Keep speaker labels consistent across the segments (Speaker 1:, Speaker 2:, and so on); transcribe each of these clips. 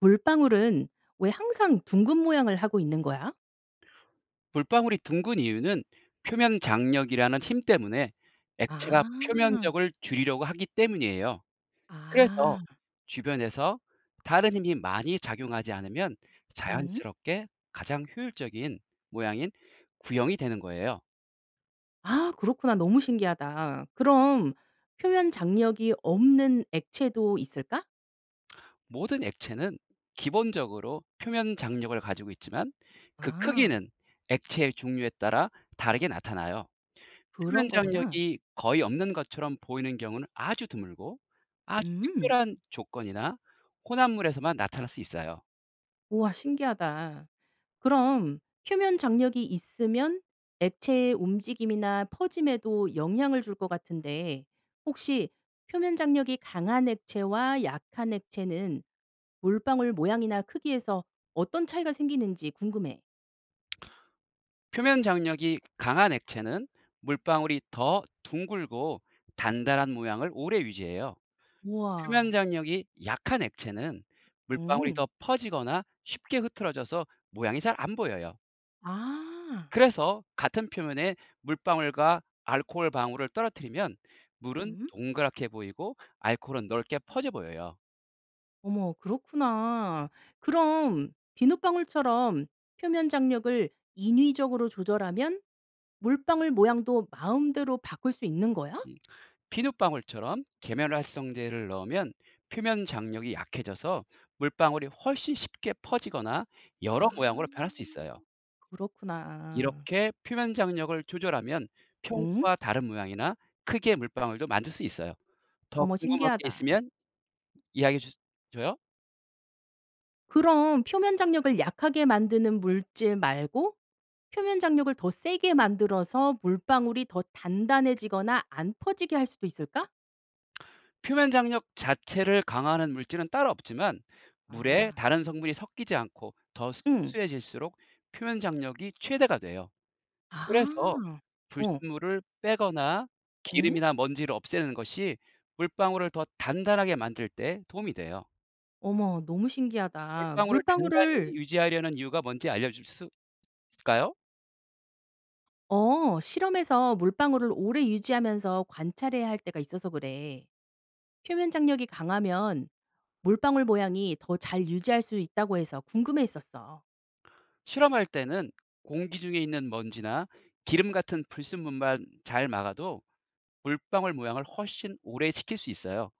Speaker 1: 돌방울은 왜 항상 둥근 모양을 하고 있는 거야?
Speaker 2: 물방울이 둥근 이유는 표면 장력이라는 힘 때문에 액체가
Speaker 1: 아.
Speaker 2: 표면적을 줄이려고 하기 때문이에요. 그래서
Speaker 1: 아.
Speaker 2: 주변에서 다른 힘이 많이 작용하지 않으면
Speaker 1: 음.
Speaker 2: 자연스럽게 가장 효율적인 모양인 구형이 되는 거예요.
Speaker 1: 아 그렇구나. 너무 신기하다. 그럼 표현 장력이 없는 액체도 있을까?
Speaker 2: 모든 액체는 기본적으로 표면 장력을 가지고 있지만, 그
Speaker 1: 아
Speaker 2: 크기는 액체의 종류에 따라 다르게 나타나요.
Speaker 1: 그런
Speaker 2: 표면
Speaker 1: 거구나.
Speaker 2: 장력이 거의 없는 것처럼 보이는 경우는 아주 드물고, 아주
Speaker 1: 음.
Speaker 2: 특별한 조건이나 혼합물에서만 나타날 수 있어요.
Speaker 1: 우와 신기하다. 그럼 표면 장력이 있으면 액체의 움직임이나 퍼짐에도 영향을 줄 것 같은데 혹시 표면 장력이 강한 액체와 약한 액체는 물방울 모양이나 크기에서 어떤 차이가 생기는지 궁금해.
Speaker 2: 표면 장력이 강한 액체는 물방울이 더 둥글고 단단한 모양을 오래 유지해요. 표면
Speaker 1: 우와.
Speaker 2: 장력이 약한 액체는 물방울이
Speaker 1: 음.
Speaker 2: 더 퍼지거나 쉽게 흐트러져서 모양이 잘 안 보여요.
Speaker 1: 아.
Speaker 2: 그래서 같은 표면에 물방울과 알코올 방울을 떨어뜨리면, 물은
Speaker 1: 음.
Speaker 2: 동그랗게 보이고 알코올은 넓게 퍼져 보여요.
Speaker 1: 어머 그렇구나. 그럼 비눗방울처럼 표면 장력을 인위적으로 조절하면 물방울 모양도 마음대로 바꿀 수 있는 거야?
Speaker 2: 음, 비눗방울처럼 계면활성제를 넣으면 표면 장력이 약해져서 물방울이 훨씬 쉽게 퍼지거나 여러 모양으로
Speaker 1: 아
Speaker 2: 변할 수 있어요.
Speaker 1: 그렇구나.
Speaker 2: 이렇게 표면 장력을 조절하면
Speaker 1: 음.
Speaker 2: 평소와 다른 모양이나 크기의 물방울도 만들 수 있어요. 더
Speaker 1: 어머
Speaker 2: 궁금한 게
Speaker 1: 신기하다.
Speaker 2: 있으면 이야기해 주- 줘요.
Speaker 1: 그럼 표면 장력을 약하게 만드는 물질 말고 표면 장력을 더 세게 만들어서 물방울이 더 단단해지거나 안 퍼지게 할 수도 있을까?
Speaker 2: 표면 장력 자체를 강화하는 물질은 따로 없지만, 물에
Speaker 1: 아,
Speaker 2: 다른 성분이 섞이지 않고 더
Speaker 1: 응.
Speaker 2: 순수해질수록 표면 장력이 최대가 돼요. 그래서
Speaker 1: 아. 어.
Speaker 2: 불순물을 빼거나
Speaker 1: 응?
Speaker 2: 기름이나 먼지를 없애는 것이 물방울을 더 단단하게 만들 때 도움이 돼요.
Speaker 1: 어머, 너무 신기하다.
Speaker 2: 물방울을
Speaker 1: 물방울을
Speaker 2: 단단히 유지하려는 이유가 뭔지 알려줄 수 있을까요?
Speaker 1: 어, 실험에서 물방울을 오래 유지하면서 관찰해야 할 때가 있어서 그래. 표면 장력이 강하면 물방울 모양이 더 잘 유지할 수 있다고 해서 궁금해 했었어.
Speaker 2: 실험할 때는 공기 중에 있는 먼지나 기름 같은 불순물만 잘 막아도 물방울 모양을 훨씬 오래 지킬 수 있어요.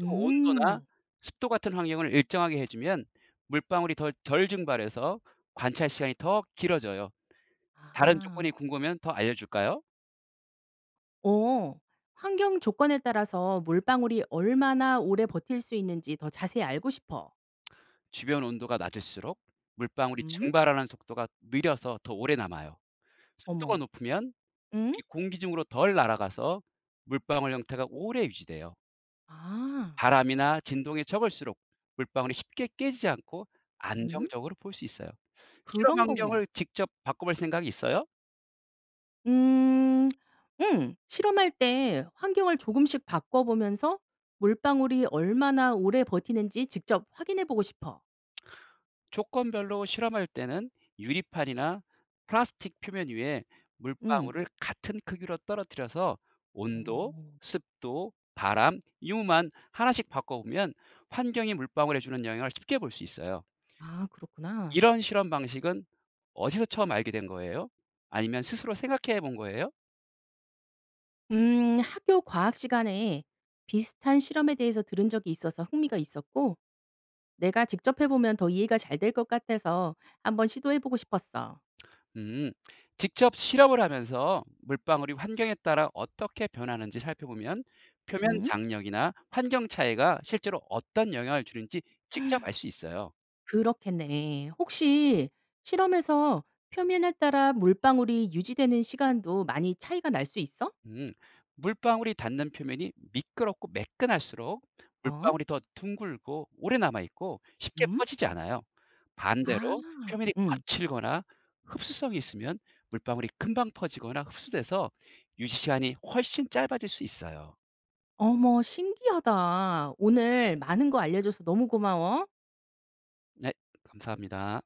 Speaker 2: 또 온도나 습도 같은 환경을 일정하게 해주면 물방울이 덜 증발해서 관찰 시간이 더 길어져요. 다른
Speaker 1: 아.
Speaker 2: 조건이 궁금하면 더 알려줄까요?
Speaker 1: 어. 환경 조건에 따라서 물방울이 얼마나 오래 버틸 수 있는지 더 자세히 알고 싶어.
Speaker 2: 주변 온도가 낮을수록 물방울이
Speaker 1: 음?
Speaker 2: 증발하는 속도가 느려서 더 오래 남아요. 습도가
Speaker 1: 어머.
Speaker 2: 높으면
Speaker 1: 응?
Speaker 2: 이 공기 중으로 덜 날아가서 물방울 형태가 오래 유지돼요.
Speaker 1: 아.
Speaker 2: 바람이나 진동이 적을수록 물방울이 쉽게 깨지지 않고
Speaker 1: 음?
Speaker 2: 안정적으로 볼 수 있어요. 실험
Speaker 1: 그런 거구나.
Speaker 2: 환경을 직접 바꿔볼 생각이 있어요?
Speaker 1: 음. 응. 실험할 때 환경을 조금씩 바꿔 보면서 물방울이 얼마나 오래 버티는지 직접 확인해 보고 싶어.
Speaker 2: 조건별로 실험할 때는 유리판이나 플라스틱 표면 위에
Speaker 1: 응.
Speaker 2: 물방울을 같은 크기로 떨어뜨려서
Speaker 1: 어.
Speaker 2: 온도, 습도, 바람, 유만 하나씩 바꿔보면 환경이 물방울에 주는 영향을 쉽게 볼 수 있어요.
Speaker 1: 아 그렇구나.
Speaker 2: 이런 실험 방식은 어디서 처음 알게 된 거예요? 아니면 스스로 생각해 본 거예요?
Speaker 1: 음. 학교 과학 시간에 비슷한 실험에 대해서 들은 적이 있어서 흥미가 있었고 내가 직접 해 보면 더 이해가 잘 될 것 같아서 한번 시도해 보고 싶었어.
Speaker 2: 음, 직접 실험을 하면서 물방울이 환경에 따라 어떻게 변하는지 살펴보면 표면
Speaker 1: 음.
Speaker 2: 장력이나 환경 차이가 실제로 어떤 영향을 주는지 직접 알 수 있어요.
Speaker 1: 그렇겠네. 혹시 실험에서 표면에 따라 물방울이 유지되는 시간도 많이 차이가 날 수 있어?
Speaker 2: 음, 물방울이 닿는 표면이 미끄럽고 매끈할수록
Speaker 1: 어?
Speaker 2: 물방울이 더 둥글고 오래 남아있고 쉽게
Speaker 1: 음?
Speaker 2: 퍼지지 않아요.
Speaker 1: 아.
Speaker 2: 반대로 표면이
Speaker 1: 응.
Speaker 2: 거칠거나 흡수성이 있으면 물방울이 금방 퍼지거나 흡수돼서 유지 시간이 훨씬 짧아질 수 있어요.
Speaker 1: 어머 신기하다. 오늘 많은 거 알려줘서 너무 고마워.
Speaker 2: 네, 감사합니다.